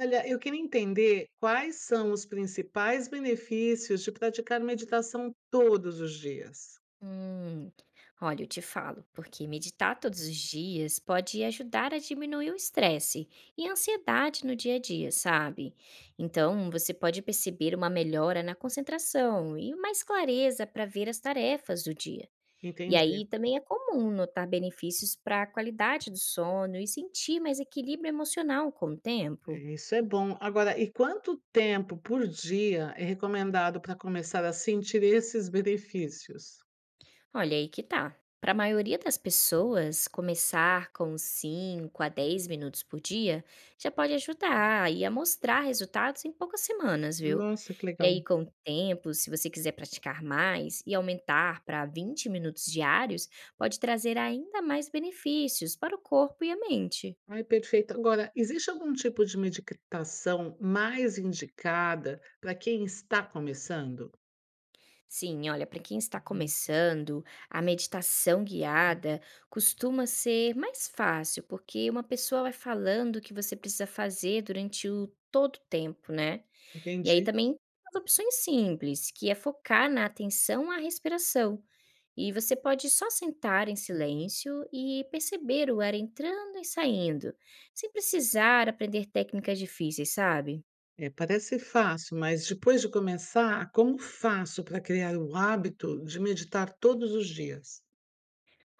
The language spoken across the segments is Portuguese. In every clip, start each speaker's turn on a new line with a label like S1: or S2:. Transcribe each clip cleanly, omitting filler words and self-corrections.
S1: Olha, eu queria entender quais são os principais benefícios de praticar meditação todos os dias.
S2: Hum. Olha, eu te falo, porque meditar todos os dias pode ajudar a diminuir o estresse e a ansiedade no dia a dia, sabe? Então, você pode perceber uma melhora na concentração e mais clareza para ver as tarefas do dia. E
S1: Entendi.
S2: aí também é comum notar benefícios para a qualidade do sono e sentir mais equilíbrio emocional com o
S1: É,
S2: tempo.
S1: isso é bom. Agora, e quanto tempo por dia é recomendado para começar a sentir esses benefícios?
S2: Olha, aí que tá. Para a maioria das pessoas, começar com 5 a 10 minutos por dia já pode ajudar e a mostrar resultados em poucas semanas, viu?
S1: Nossa, que
S2: E
S1: legal.
S2: aí, com o tempo, se você quiser praticar mais e aumentar para 20 minutos diários, pode trazer ainda mais benefícios para o corpo e a mente.
S1: Ai, perfeito. Agora, existe algum tipo de meditação mais indicada para quem está começando?
S2: Sim, olha, para quem está começando, a meditação guiada costuma ser mais fácil, porque uma pessoa vai falando o que você precisa fazer durante o todo o tempo, né? E aí
S1: Entendi.
S2: também as opções simples, que é focar na atenção à respiração. E você pode só sentar em silêncio e perceber o ar entrando e saindo, sem precisar aprender técnicas difíceis, sabe?
S1: É, parece fácil, mas depois de começar, como faço para criar o hábito de meditar todos os dias?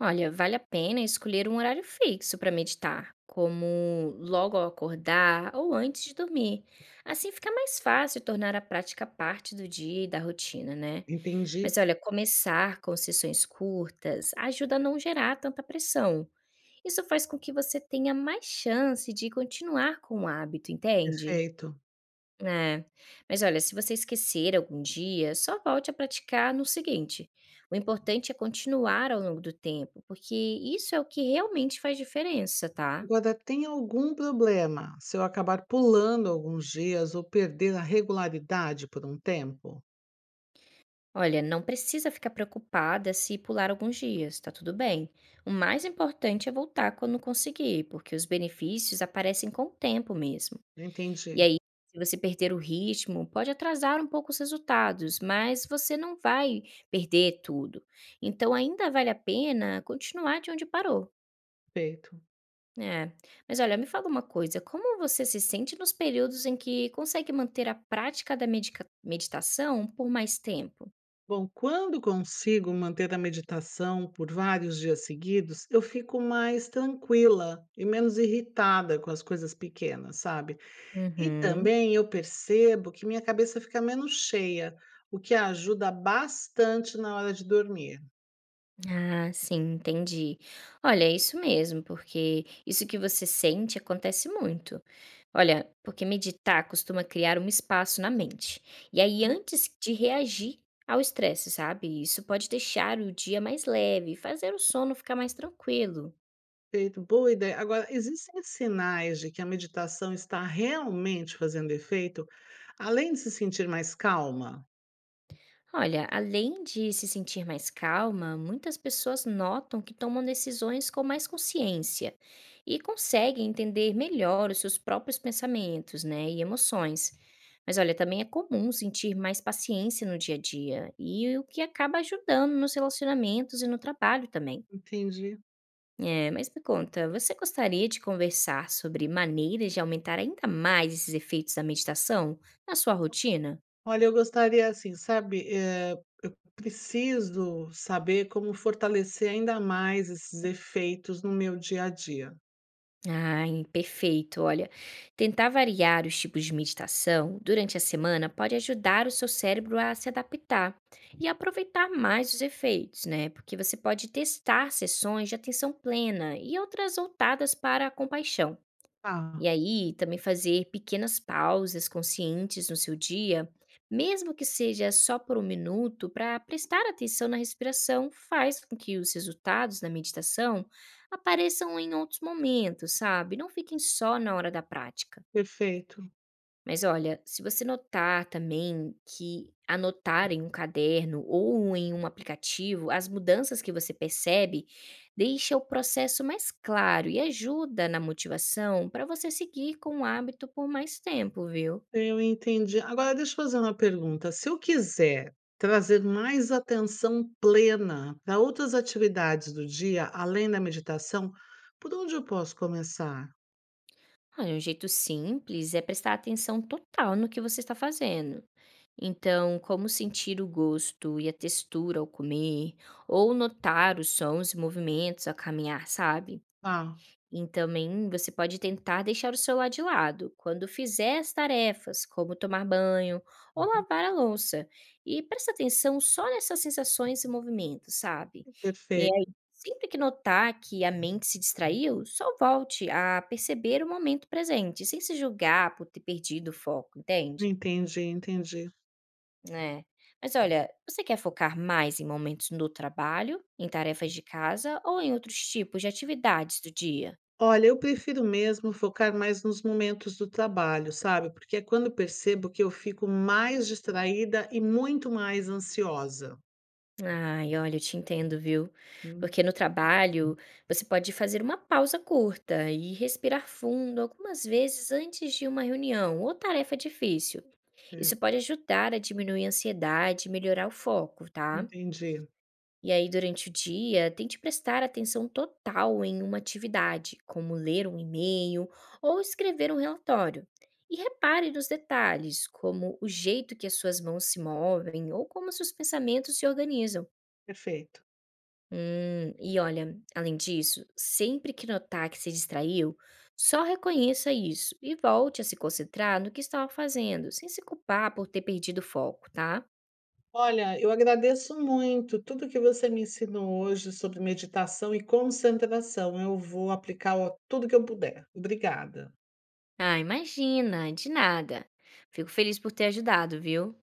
S2: Olha, vale a pena escolher um horário fixo para meditar, como logo ao acordar ou antes de dormir. Assim fica mais fácil tornar a prática parte do dia e da rotina, né?
S1: Entendi.
S2: Mas olha, começar com sessões curtas ajuda a não gerar tanta pressão. Isso faz com que você tenha mais chance de continuar com o hábito, entende?
S1: Perfeito.
S2: É. Mas olha, se você esquecer algum dia, só volte a praticar no seguinte. O importante é continuar ao longo do tempo, porque isso é o que realmente faz diferença, tá?
S1: Agora, tem algum problema se eu acabar pulando alguns dias ou perder a regularidade por um tempo?
S2: Olha, não precisa ficar preocupada se pular alguns dias, tá tudo bem. O mais importante é voltar quando conseguir, porque os benefícios aparecem com o tempo mesmo. E
S1: Entendi.
S2: aí, se você perder o ritmo, pode atrasar um pouco os resultados, mas você não vai perder tudo. Então, ainda vale a pena continuar de onde parou.
S1: Perfeito.
S2: É, mas olha, me fala uma coisa, como você se sente nos períodos em que consegue manter a prática da meditação por mais tempo?
S1: Bom, quando consigo manter a meditação por vários dias seguidos, eu fico mais tranquila e menos irritada com as coisas pequenas, sabe? E
S2: Uhum.
S1: também eu percebo que minha cabeça fica menos cheia, o que ajuda bastante na hora de dormir.
S2: Ah, sim, entendi. Olha, é isso mesmo, porque isso que você sente acontece muito. Olha, porque meditar costuma criar um espaço na mente. E aí, antes de reagir ao estresse, sabe? Isso pode deixar o dia mais leve, fazer o sono ficar mais tranquilo.
S1: Perfeito, boa ideia. Agora, existem sinais de que a meditação está realmente fazendo efeito, além de se sentir mais calma?
S2: Olha, além de se sentir mais calma, muitas pessoas notam que tomam decisões com mais consciência e conseguem entender melhor os seus próprios pensamentos, né, e emoções. Mas olha, também é comum sentir mais paciência no dia a dia e o que acaba ajudando nos relacionamentos e no trabalho também.
S1: Entendi.
S2: É, mas me conta, você gostaria de conversar sobre maneiras de aumentar ainda mais esses efeitos da meditação na sua rotina?
S1: Olha, eu gostaria, assim, sabe, preciso saber como fortalecer ainda mais esses efeitos no meu dia a dia.
S2: Ai, perfeito. Olha, tentar variar os tipos de meditação durante a semana pode ajudar o seu cérebro a se adaptar e aproveitar mais os efeitos, né? Porque você pode testar sessões de atenção plena e outras voltadas para a compaixão. E
S1: Ah,
S2: aí, também fazer pequenas pausas conscientes no seu dia, mesmo que seja só por um minuto, para prestar atenção na respiração, faz com que os resultados da meditação apareçam em outros momentos, sabe? Não fiquem só na hora da prática.
S1: perfeito.
S2: Mas olha, se você notar também que anotar em um caderno ou em um aplicativo as mudanças que você percebe, deixa o processo mais claro e ajuda na motivação para você seguir com o hábito por mais tempo, viu?
S1: Eu entendi. Agora deixa eu fazer uma pergunta, se eu quiser trazer mais atenção plena para outras atividades do dia, além da meditação, por onde eu posso começar?
S2: Olha, um jeito simples é prestar atenção total no que você está fazendo. Então, como sentir o gosto e a textura ao comer, ou notar os sons e movimentos ao caminhar, sabe?
S1: Ah,
S2: E também você pode tentar deixar o celular de lado quando fizer as tarefas, como tomar banho ou
S1: uhum.
S2: lavar a louça. E presta atenção só nessas sensações e movimentos, sabe? E aí,
S1: Perfeito.
S2: sempre que notar que a mente se distraiu, só volte a perceber o momento presente, sem se julgar por ter perdido o foco, entende?
S1: Entendi, entendi.
S2: É. Mas olha, você quer focar mais em momentos no trabalho, em tarefas de casa ou em outros tipos de atividades do dia?
S1: Olha, eu prefiro mesmo focar mais nos momentos do trabalho, sabe, porque é quando eu percebo que eu fico mais distraída e muito mais ansiosa.
S2: Ai, olha, eu te entendo, viu?
S1: Hum,
S2: Porque no trabalho você pode fazer uma pausa curta e respirar fundo algumas vezes antes de uma reunião ou tarefa difícil.
S1: é,
S2: Isso pode ajudar a diminuir a ansiedade e melhorar o foco, tá?
S1: entendi,
S2: E aí, durante o dia, tente prestar atenção total em uma atividade, como ler um e-mail ou escrever um relatório. E repare nos detalhes, como o jeito que as suas mãos se movem ou como seus pensamentos se organizam.
S1: perfeito.
S2: E olha, além disso, sempre que notar que se distraiu, só reconheça isso e volte a se concentrar no que estava fazendo, sem se culpar por ter perdido o foco, tá?
S1: Olha, eu agradeço muito tudo que você me ensinou hoje sobre meditação e concentração. Eu vou aplicar tudo que eu puder. Obrigada.
S2: Ah, imagina, de nada. Fico feliz por ter ajudado, viu?